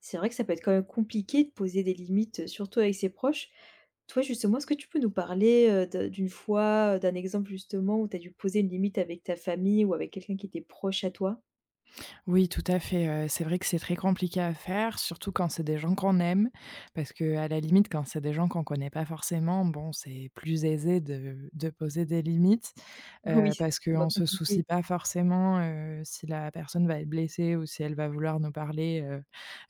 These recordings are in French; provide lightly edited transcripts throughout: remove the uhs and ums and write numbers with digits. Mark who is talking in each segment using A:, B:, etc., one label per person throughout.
A: C'est vrai que ça peut être quand même compliqué de poser des limites, surtout avec ses proches. Toi, justement, est-ce que tu peux nous parler, de d'une fois, d'un exemple justement où tu as dû poser une limite avec ta famille ou avec quelqu'un qui était proche à toi?
B: Oui, tout à fait, c'est vrai que c'est très compliqué à faire, surtout quand c'est des gens qu'on aime. Parce que à la limite, quand c'est des gens qu'on connaît pas forcément, bon, c'est plus aisé de poser des limites,
A: Oui, c'est
B: parce
A: moins
B: qu'on se
A: compliqué.
B: soucie pas forcément, si la personne va être blessée ou si elle va vouloir nous parler, heu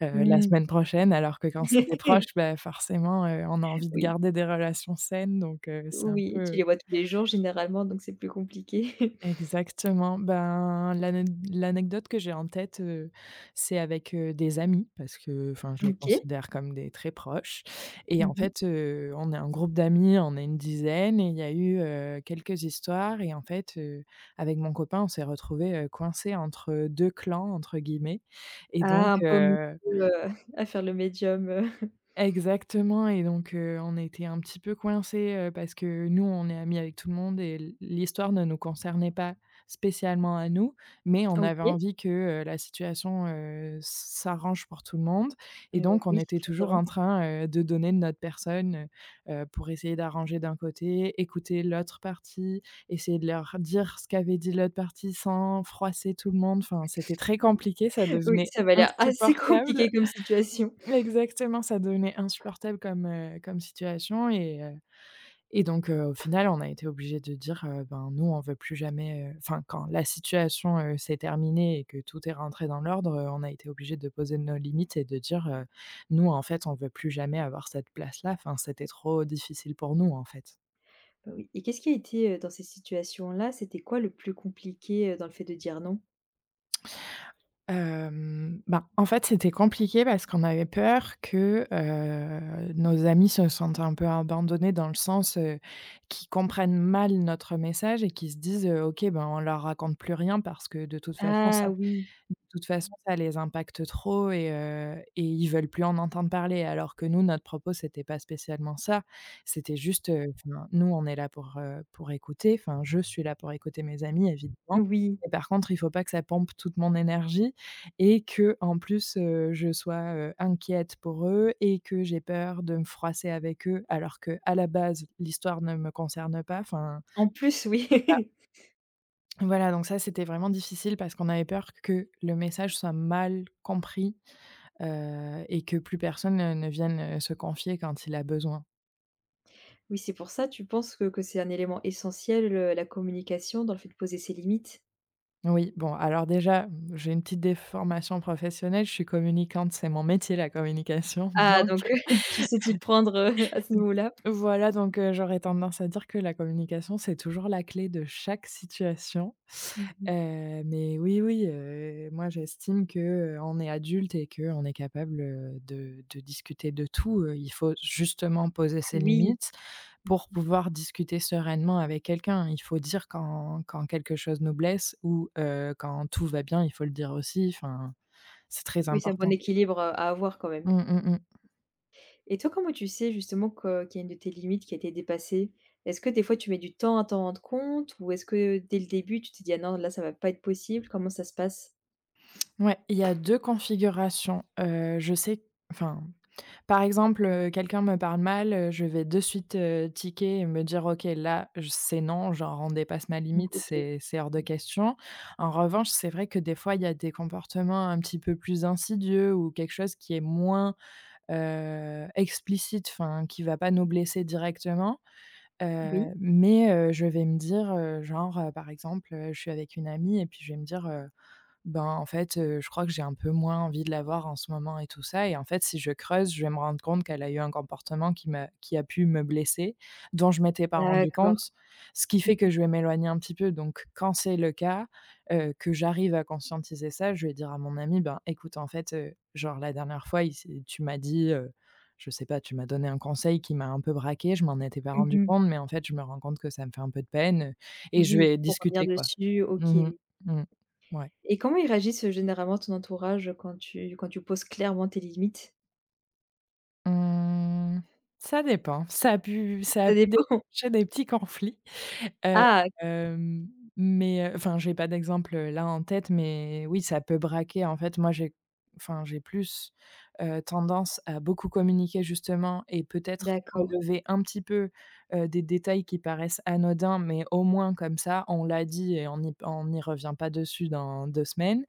B: heu, la
A: Mmh.
B: semaine prochaine. Alors que quand c'est des proches, bah, forcément, on a envie de
A: Oui,
B: garder des relations saines donc, c'est un
A: oui, tu les
B: peu.
A: vois tous les jours généralement, donc c'est plus compliqué.
B: Exactement. Ben, l'anecdote que j'ai en tête, c'est avec, des amis parce que, enfin, je les
A: OK.
B: considère comme des très proches et en
A: Mmh.
B: fait, on est un groupe d'amis, on est une dizaine et il y a eu, quelques histoires et en fait, avec mon copain, on s'est retrouvés, coincés entre 2 «clans» entre guillemets et
A: Ah, un
B: donc.
A: peu au milieu, heu, à faire le médium,
B: Exactement et donc on était un petit peu coincés, parce que nous, on est amis avec tout le monde et l'histoire ne nous concernait pas spécialement à nous, mais on avait
A: OK.
B: envie que, la situation, s'arrange pour tout le monde et
A: Eh bah,
B: donc on
A: oui,
B: était toujours en
A: forcément.
B: train, de donner de notre personne, pour essayer d'arranger d'un côté, écouter l'autre partie, essayer de leur dire ce qu'avait dit l'autre partie sans froisser tout le monde. Enfin, c'était très compliqué, ça
A: Oui,
B: devenait
A: ça va l'air assez
B: insupportable.
A: compliqué comme situation.
B: Exactement, ça devenait insupportable comme, comme situation et donc au final, on a été obligé de dire: «Ben, nous, on veut plus jamais», enfin, quand la situation, s'est terminée et que tout est rentré dans l'ordre, on a été obligé de poser nos limites et de dire: «Nous, en fait, on veut plus jamais avoir cette place-là. Enfin, c'était trop difficile pour nous, en fait».
A: Bah oui. Et qu'est-ce qui a été, dans ces situations-là, c'était quoi le plus compliqué, dans le fait de dire non?
B: Ben, en fait, c'était compliqué parce qu'on avait peur que, nos amis se sentent un peu abandonnés dans le sens, qu'ils comprennent mal notre message et qu'ils se disent: «OK, ben, on leur raconte plus rien parce que de toute façon
A: Ah
B: ça».
A: oui,
B: De toute façon, ça les impacte trop et ils veulent plus en entendre parler. Alors que nous, notre propos, c'était pas spécialement ça. C'était juste, enfin, nous, on est là pour écouter. Enfin, je suis là pour écouter mes amis, évidemment.
A: oui,
B: Mais par contre, il faut pas que ça pompe toute mon énergie et que, en plus, je sois, inquiète pour eux et que j'ai peur de me froisser avec eux, alors que à la base, l'histoire ne me concerne pas. Enfin,
A: en plus, oui.
B: voilà, donc ça, c'était vraiment difficile parce qu'on avait peur que le message soit mal compris. Et que plus personne, ne vienne, se confier quand il a besoin.
A: Oui, c'est pour ça, tu penses que c'est un élément essentiel, la communication dans le fait de poser ses limites?
B: Oui, bon, alors déjà, j'ai une petite déformation professionnelle, je suis communicante, c'est mon métier la communication
A: Ah
B: donc.
A: donc tu sais t'y prendre, à ce niveau-là?
B: Voilà, donc j'aurais tendance à dire que la communication, c'est toujours la clé de chaque situation.
A: Mmh.
B: Mais oui, oui, moi j'estime que, on est adulte et que on est capable, de discuter de tout. Il faut justement poser ses
A: Oui,
B: limites pour pouvoir discuter sereinement avec quelqu'un. Il faut dire quand quelque chose nous blesse ou, quand tout va bien, il faut le dire aussi, enfin, c'est très
A: oui, c'est un bon
B: important.
A: équilibre, à avoir quand même.
B: Mmh, mmh mh.
A: Et toi, comment tu sais justement que qu'il y a une de tes limites qui a été dépassée? Est-ce que des fois tu mets du temps à t'en rendre compte ou est-ce que dès le début tu te dis «Ah non, là ça va pas être possible»? Comment ça se passe?
B: Ouais, il y a 2 configurations. Je sais, enfin. Par exemple, quelqu'un me parle mal, je vais de suite, tiquer et me dire: «OK, là, j c'est non, genre, on dépasse ma
A: Mmh,
B: limite,
A: OK.
B: c'est hors de
A: Mmh.
B: question». En revanche, c'est vrai que des fois, il y a des comportements un petit peu plus insidieux ou quelque chose qui est moins, explicite, enfin, qui va pas nous blesser directement,
A: Oui.
B: mais je vais me dire, genre, par exemple, je suis avec une amie et puis je vais me dire, ben, en fait, je crois que j'ai un peu moins envie de la voir en ce moment et tout ça et en fait, si je creuse, je vais me rendre compte qu'elle a eu un comportement qui a pu me blesser, dont je m'étais pas rendu
A: D'accord.
B: compte, ce qui fait que je vais m'éloigner un petit peu donc quand c'est le cas, que j'arrive à conscientiser ça, je vais dire à mon ami: «Ben, écoute, en fait, genre la dernière fois, il s'est tu m'as dit, je sais pas, tu m'as donné un conseil qui m'a un peu braqué, je m'en étais pas
A: Mmh
B: rendu
A: mh.
B: compte, mais en fait, je me rends compte que ça me fait un peu de peine», et je
A: Oui,
B: vais
A: pour revenir
B: discuter, quoi.
A: dessus, OK,
B: Mmh mh.
A: oui.
B: Mmh. Ouais.
A: Et comment ils réagissent, généralement ton entourage, quand tu poses clairement tes limites?
B: Mmh, ça dépend. Ça a pu
A: Ça dépend.
B: déclencher des petits conflits. Heu,
A: Ah!
B: hem, mais, enfin, j'ai pas d'exemple, là en tête, mais oui, ça peut braquer. En fait, moi, j'ai enfin, j'ai plus, tendance à beaucoup communiquer justement et peut-être
A: D'accord.
B: relever un petit peu, des détails qui paraissent anodins, mais au moins comme ça, on l'a dit et on n'y revient pas dessus dans 2 semaines.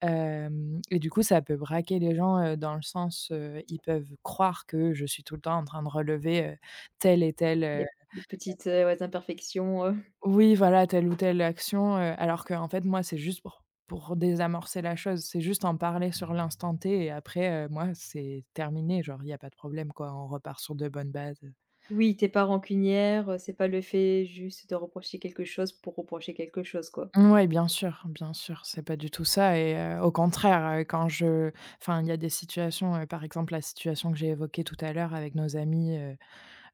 B: Hem Et du coup, ça peut braquer les gens, dans le sens, ils peuvent croire que je suis tout le temps en train de relever, telle et telle,
A: Des des petites, ouais, imperfections,
B: oui, voilà, telle ou telle action, alors qu'en fait, moi, c'est juste pour désamorcer la chose. C'est juste en parler sur l'instant T et après, moi, c'est terminé, genre, il y a pas de problème, quoi. On repart sur de bonnes bases,
A: Oui, tu es pas rancunière, c'est pas le fait juste de reprocher quelque chose pour reprocher quelque chose, quoi.
B: ouais, bien sûr, c'est pas du tout ça et au contraire, quand je enfin, il y a des situations, par exemple, la situation que j'ai évoquée tout à l'heure avec nos amis,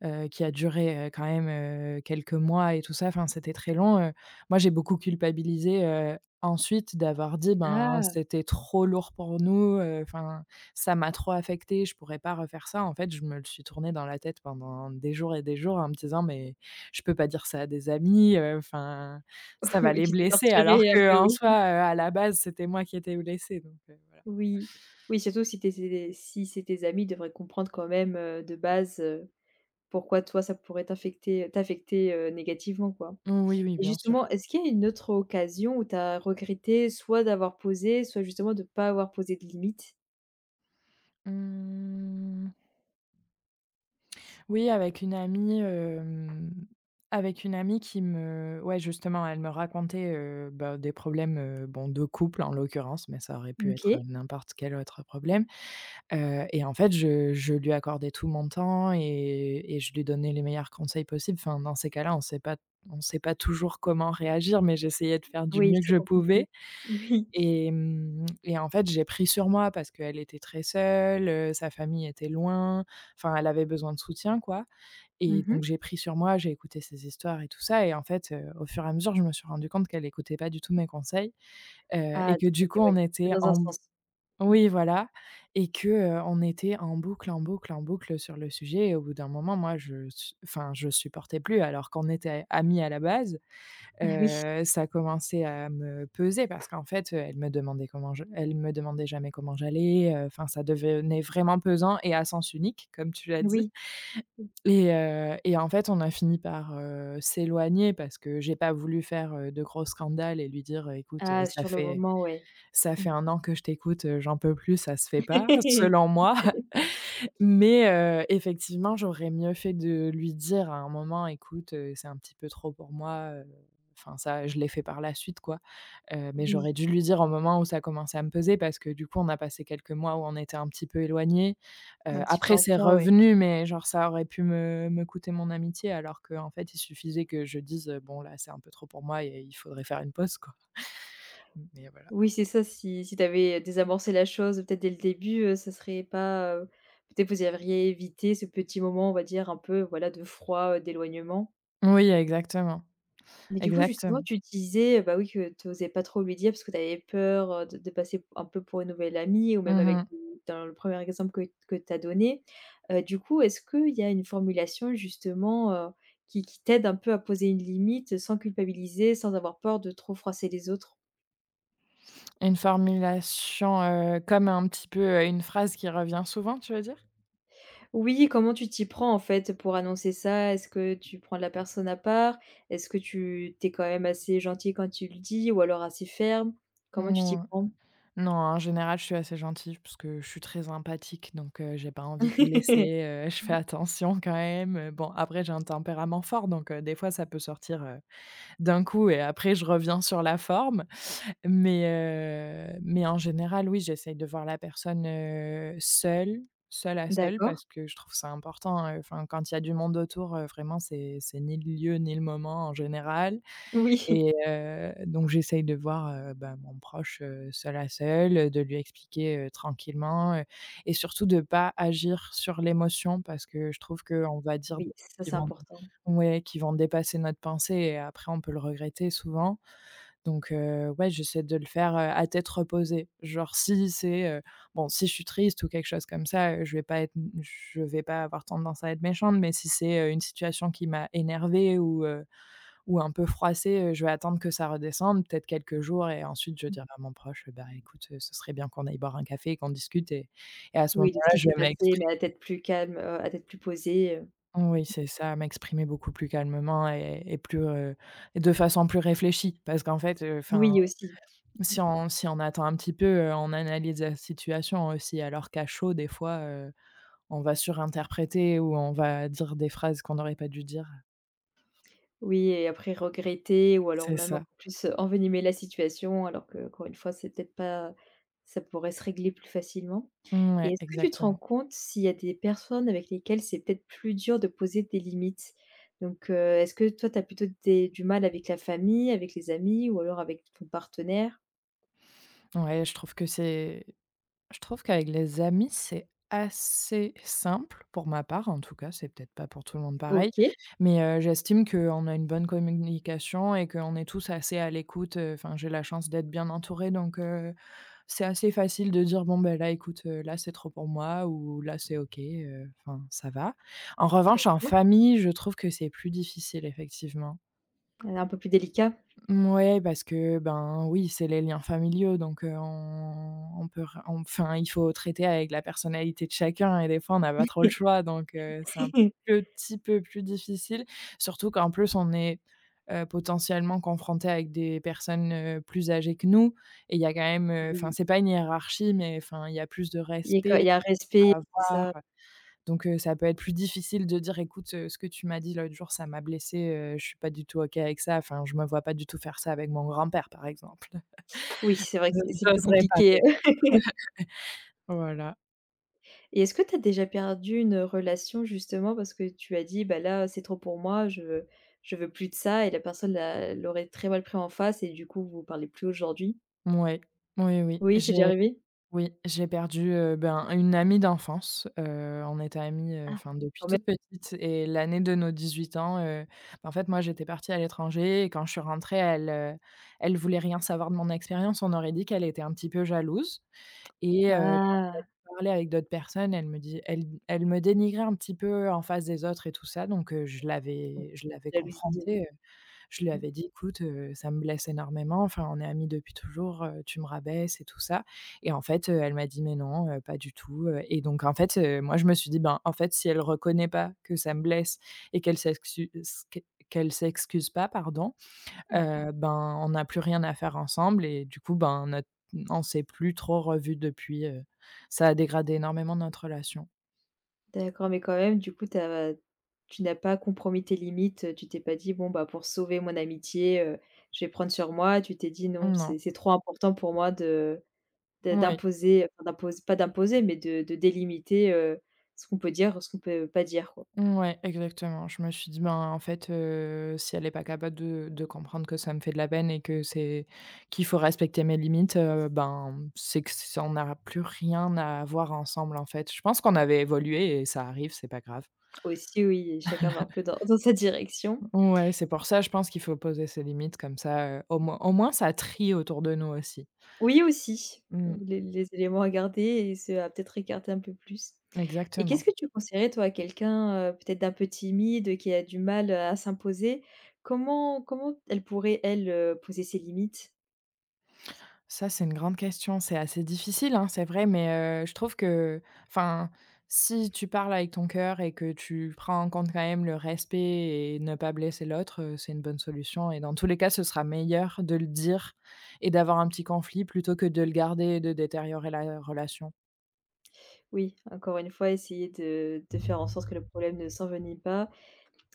B: qui a duré, quand même, quelques mois et tout ça, enfin, c'était très long. Moi, j'ai beaucoup culpabilisé, ensuite d'avoir dit: «Ben,
A: Ah!
B: c'était trop lourd pour nous, enfin, ça m'a trop affecté, je pourrais pas refaire ça». En fait, je me le suis tourné dans la tête pendant des jours et des jours en me disant: «Mais je peux pas dire ça à des amis, enfin, ça va
A: Oui,
B: les
A: tu t'es
B: blesser». Alors
A: torturée un
B: que
A: peu,
B: en
A: oui.
B: soi, à la base, c'était moi qui étais blessée donc voilà.
A: Oui. Oui, surtout si tes é si c'est tes amis, ils devraient comprendre quand même, de base. Pourquoi toi ça pourrait t'affecter, négativement, quoi?
B: Oui, oui,
A: Et
B: bien sûr.
A: justement, est-ce qu'il y a une autre occasion où tu as regretté soit d'avoir posé, soit justement de pas avoir posé de limite?
B: Mmh. Oui, avec une amie qui me ouais, justement, elle me racontait, bah, des problèmes, bon, de couple en l'occurrence, mais ça aurait pu être,
A: OK.
B: n'importe quel autre problème, et en fait, je lui accordais tout mon temps et je lui donnais les meilleurs conseils possibles. Enfin, dans ces cas-là, on sait pas toujours comment réagir, mais j'essayais de faire du
A: Oui,
B: mieux que
A: c'est
B: je
A: compliqué.
B: pouvais
A: Oui.
B: et et en fait, j'ai pris sur moi parce qu'elle était très seule, sa famille était loin, enfin, elle avait besoin de soutien, quoi et
A: Mmh.
B: donc j'ai pris sur moi, j'ai écouté ses histoires et tout ça et en fait, au fur et à mesure, je me suis rendu compte qu'elle écoutait pas du tout mes conseils,
A: Ah
B: et que
A: donc
B: du
A: c'était
B: coup
A: ouais,
B: on
A: que
B: était
A: dans un
B: en b
A: sens. Mmh.
B: oui voilà et que, on était en boucle, en boucle, en boucle sur le sujet et au bout d'un moment, moi je su enfin je supportais plus alors qu'on était amies à la base,
A: Oui,
B: ça commençait à me peser parce qu'en fait, elle me demandait jamais comment j'allais, enfin ça devenait vraiment pesant et à sens unique comme tu l'as dit.
A: oui.
B: Et en fait, on a fini par, s'éloigner parce que j'ai pas voulu faire, de gros scandales et lui dire: «Écoute,
A: Ah
B: ça
A: sur le
B: fait
A: moment, ouais.
B: 1 an que je t'écoute, j'en peux plus, ça se fait pas, selon moi». Mais effectivement, j'aurais mieux fait de lui dire à un moment: «Écoute, c'est un petit peu trop pour moi», enfin ça, je l'ai fait par la suite quoi, mais
A: Oui,
B: j'aurais dû lui dire au moment où ça commençait à me peser parce que du coup, on a passé quelques mois où on était un petit peu éloignés.
A: un petit peu
B: Après
A: en
B: c'est
A: froid, ouais.
B: revenu, mais genre ça aurait pu me coûter mon amitié alors qu'en fait, il suffisait que je dise: «Bon là, c'est un peu trop pour moi et il faudrait faire une pause quoi». Mais voilà.
A: Oui, c'est ça, si si tu avais désamorcé la chose, peut-être dès le début, ça serait pas, peut-être vous auriez évité ce petit moment, on va dire, un peu, voilà, de froid, d'éloignement.
B: Oui exactement,
A: Mais du coup, justement,
B: exactement.
A: tu disais, bah, oui, que tu osais pas trop lui dire parce que tu avais peur, de passer un peu pour une nouvelle amie ou même avec
B: Mmh.
A: dans le premier exemple que tu as donné. Du coup, est-ce qu'il y a une formulation justement, qui t'aide un peu à poser une limite sans culpabiliser, sans avoir peur de trop froisser les autres?
B: Une formulation, comme un petit peu, une phrase qui revient souvent, tu veux dire?
A: Oui, comment tu t'y prends en fait pour annoncer ça? Est-ce que tu prends la personne à part? Est-ce que tu t'es quand même assez gentil quand tu le dis ou alors assez ferme? Comment tu t'y
B: Mouais.
A: prends?
B: Non, en général, je suis assez gentille parce que je suis très empathique, donc j'ai pas envie de blesser, je fais attention quand même, bon, après j'ai un tempérament fort, donc des fois ça peut sortir, d'un coup et après je reviens sur la forme. Mais mais en général, oui, j'essaye de voir la personne, seule, seule à seule
A: D'accord.
B: parce que je trouve ça important, enfin, quand il y a du monde autour, vraiment, c'est ni le lieu ni le moment en général.
A: Oui,
B: Et donc j'essaye de voir, bah, mon proche, seul à seul, de lui expliquer, tranquillement, et surtout de pas agir sur l'émotion parce que je trouve qu'on va dire des
A: oui,
B: choses
A: ça
B: qui
A: c'est
B: vont
A: important.
B: ouais, qui vont dépasser notre pensée et après on peut le regretter souvent. Donc ouais, j'essaie de le faire, à tête reposée. Genre si c'est, bon, si je suis triste ou quelque chose comme ça, je vais pas être je vais pas avoir tendance à être méchante, mais si c'est, une situation qui m'a énervée ou un peu froissée, je vais attendre que ça redescende, peut-être quelques jours, et ensuite je dirai à mon proche: «Bah, écoute, ce serait bien qu'on aille boire un café et qu'on discute», et à ce
A: Oui, de ce
B: moment-là,
A: qui
B: je
A: s'est
B: vais
A: passé, mais
B: m'exprimer.
A: à tête plus calme, à tête plus posée,
B: Oui, c'est ça, m'exprimer beaucoup plus calmement et plus, et de façon plus réfléchie. Parce qu'en fait, enfin,
A: Oui, aussi.
B: si on attend un petit peu, on analyse la situation aussi, alors qu'à chaud, des fois, on va surinterpréter ou on va dire des phrases qu'on n'aurait pas dû dire.
A: Oui et après regretter ou alors
B: C'est
A: même
B: ça.
A: encore plus, envenimer la situation alors que encore une fois, c'est peut-être pas ça pourrait se régler plus facilement et
B: Ouais,
A: est-ce que tu te rends
B: exactement.
A: compte s'il y a des personnes avec lesquelles c'est peut-être plus dur de poser des limites? Donc, est-ce que toi, tu as plutôt des du mal avec la famille, avec les amis ou alors avec ton partenaire?
B: Ouais, je trouve qu'avec les amis, c'est assez simple, pour ma part en tout cas, c'est peut-être pas pour tout le monde pareil,
A: OK,
B: mais j'estime qu'on a une bonne communication et qu'on est tous assez à l'écoute, enfin, j'ai la chance d'être bien entourée. Donc c'est assez facile de dire: «Bon, ben là, écoute, là, c'est trop pour moi» ou «Là, c'est OK, enfin, ça va». En revanche, en
A: d'accord,
B: famille, je trouve que c'est plus difficile, effectivement.
A: un peu plus délicat.
B: Ouais, parce que, ben, oui, c'est les liens familiaux, donc on peut r on enfin, il faut traiter avec la personnalité de chacun et des fois, on n'a pas trop le choix, donc c'est un petit peu plus difficile. Surtout qu'en plus, on est, potentiellement confronté avec des personnes, plus âgées que nous, et il y a quand même, enfin,
A: Oui,
B: c'est pas une hiérarchie, mais enfin, il y a plus de
A: il y a quand
B: respect
A: il y a un respect,
B: à
A: c'est
B: avoir.
A: ça.
B: Donc ça peut être plus difficile de dire: «Écoute, ce que tu m'as dit l'autre jour, ça m'a blessé, je suis pas du tout OK avec ça. Enfin, je me vois pas du tout faire ça avec mon grand-père», par exemple.
A: Oui, c'est vrai que
B: Je
A: c'est plus
B: j'oserais pas,
A: compliqué.
B: quoi. Voilà.
A: Et est-ce que tu as déjà perdu une relation justement parce que tu as dit: «Bah, là, c'est trop pour moi, je veux plus de ça» et la personne l'aurait très mal pris en face et du coup, vous parlez plus aujourd'hui?
B: Mouais. Oui, oui.
A: Oui, c'est déjà
B: J'ai
A: arrivé?
B: oui, j'ai perdu, ben, une amie d'enfance, on était amies,
A: Ah,
B: enfin depuis
A: quand même.
B: toute petite, et l'année de nos 18 ans, en fait, moi, j'étais partie à l'étranger et quand je suis rentrée, elle, elle voulait rien savoir de mon expérience. On aurait dit qu'elle était un petit peu jalouse et
A: Ah!
B: parlais avec d'autres personnes, elle me dénigrait un petit peu en face des autres et tout ça, donc je l'avais
A: Jalousie.
B: confrontée, je lui
A: Mmh.
B: avais dit: «Écoute, ça me blesse énormément, enfin on est amies depuis toujours, tu me rabaisses et tout ça». Et en fait, elle m'a dit: «Mais non, pas du tout», et donc en fait, moi je me suis dit: «Ben, en fait, si elle reconnaît pas que ça me blesse et qu'elle s'excuse pas, pardon, ben, on n'a plus rien à faire ensemble». Et du coup, ben, notre on s'est plus trop revus depuis, ça a dégradé énormément notre relation.
A: D'accord, mais quand même, du coup, tu n'as pas compromis tes limites, tu t'es pas dit: «Bon, bah, pour sauver mon amitié, je vais prendre sur moi». Tu t'es dit: «Non,
B: Non.
A: c'est trop important pour moi de» de
B: Oui.
A: d'imposer, enfin d'impos pas d'imposer, mais de délimiter, ce qu'on peut dire, ce qu'on peut pas dire, quoi.
B: Ouais, exactement. Je me suis dit: «Ben, en fait, si elle n'est pas capable de comprendre que ça me fait de la peine et que c'est qu'il faut respecter mes limites, ben, c'est que c on n'a plus rien à voir ensemble, en fait». Je pense qu'on avait évolué et ça arrive, c'est pas grave.
A: Aussi, oui, chacun va un peu dans dans sa direction.
B: Ouais, c'est pour ça, je pense qu'il faut poser ses limites comme ça, au moins ça trie autour de nous aussi.
A: Oui aussi,
B: Mmh,
A: les éléments à garder et ceux à peut-être écarter un peu plus. Et qu'est-ce
B: exactement.
A: que tu conseillerais toi à quelqu'un, peut-être d'un peu timide, qui a du mal, à s'imposer? Comment elle pourrait, elle, poser ses limites?
B: Ça, c'est une grande question. C'est assez difficile, hein, c'est vrai, mais, je trouve que enfin, si tu parles avec ton cœur et que tu prends en compte quand même le respect et ne pas blesser l'autre, c'est une bonne solution et dans tous les cas, ce sera meilleur de le dire et d'avoir un petit conflit plutôt que de le garder et de détériorer la relation.
A: Oui, encore une fois, essayer de faire en sorte que le problème ne s'envenime pas.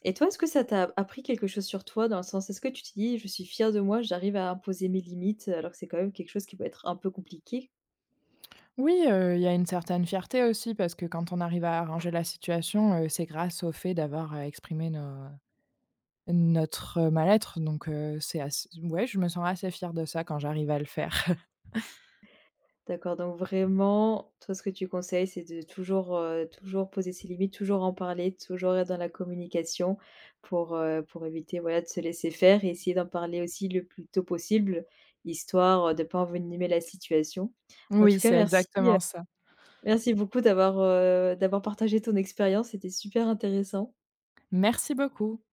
A: Et toi, est-ce que ça t'a appris quelque chose sur toi? Dans le sens, est-ce que tu te dis: «Je suis fière de moi, j'arrive à imposer mes limites», alors que c'est quand même quelque chose qui peut être un peu compliqué?
B: Oui, il y a une certaine fierté aussi parce que quand on arrive à arranger la situation, c'est grâce au fait d'avoir, exprimé nos notre, mal-être, donc c'est ass ouais, je me sens assez fière de ça quand j'arrive à le faire.
A: D'accord, donc vraiment, toi, ce que tu conseilles, c'est de toujours, toujours poser ses limites, toujours en parler, toujours être dans la communication pour éviter, voilà, de se laisser faire et essayer d'en parler aussi le plus tôt possible, histoire, de ne pas envenimer la situation. En tout
B: Oui,
A: cas,
B: c'est
A: merci,
B: exactement ça.
A: merci beaucoup d'avoir, d'avoir partagé ton expérience, c'était super intéressant.
B: Merci beaucoup.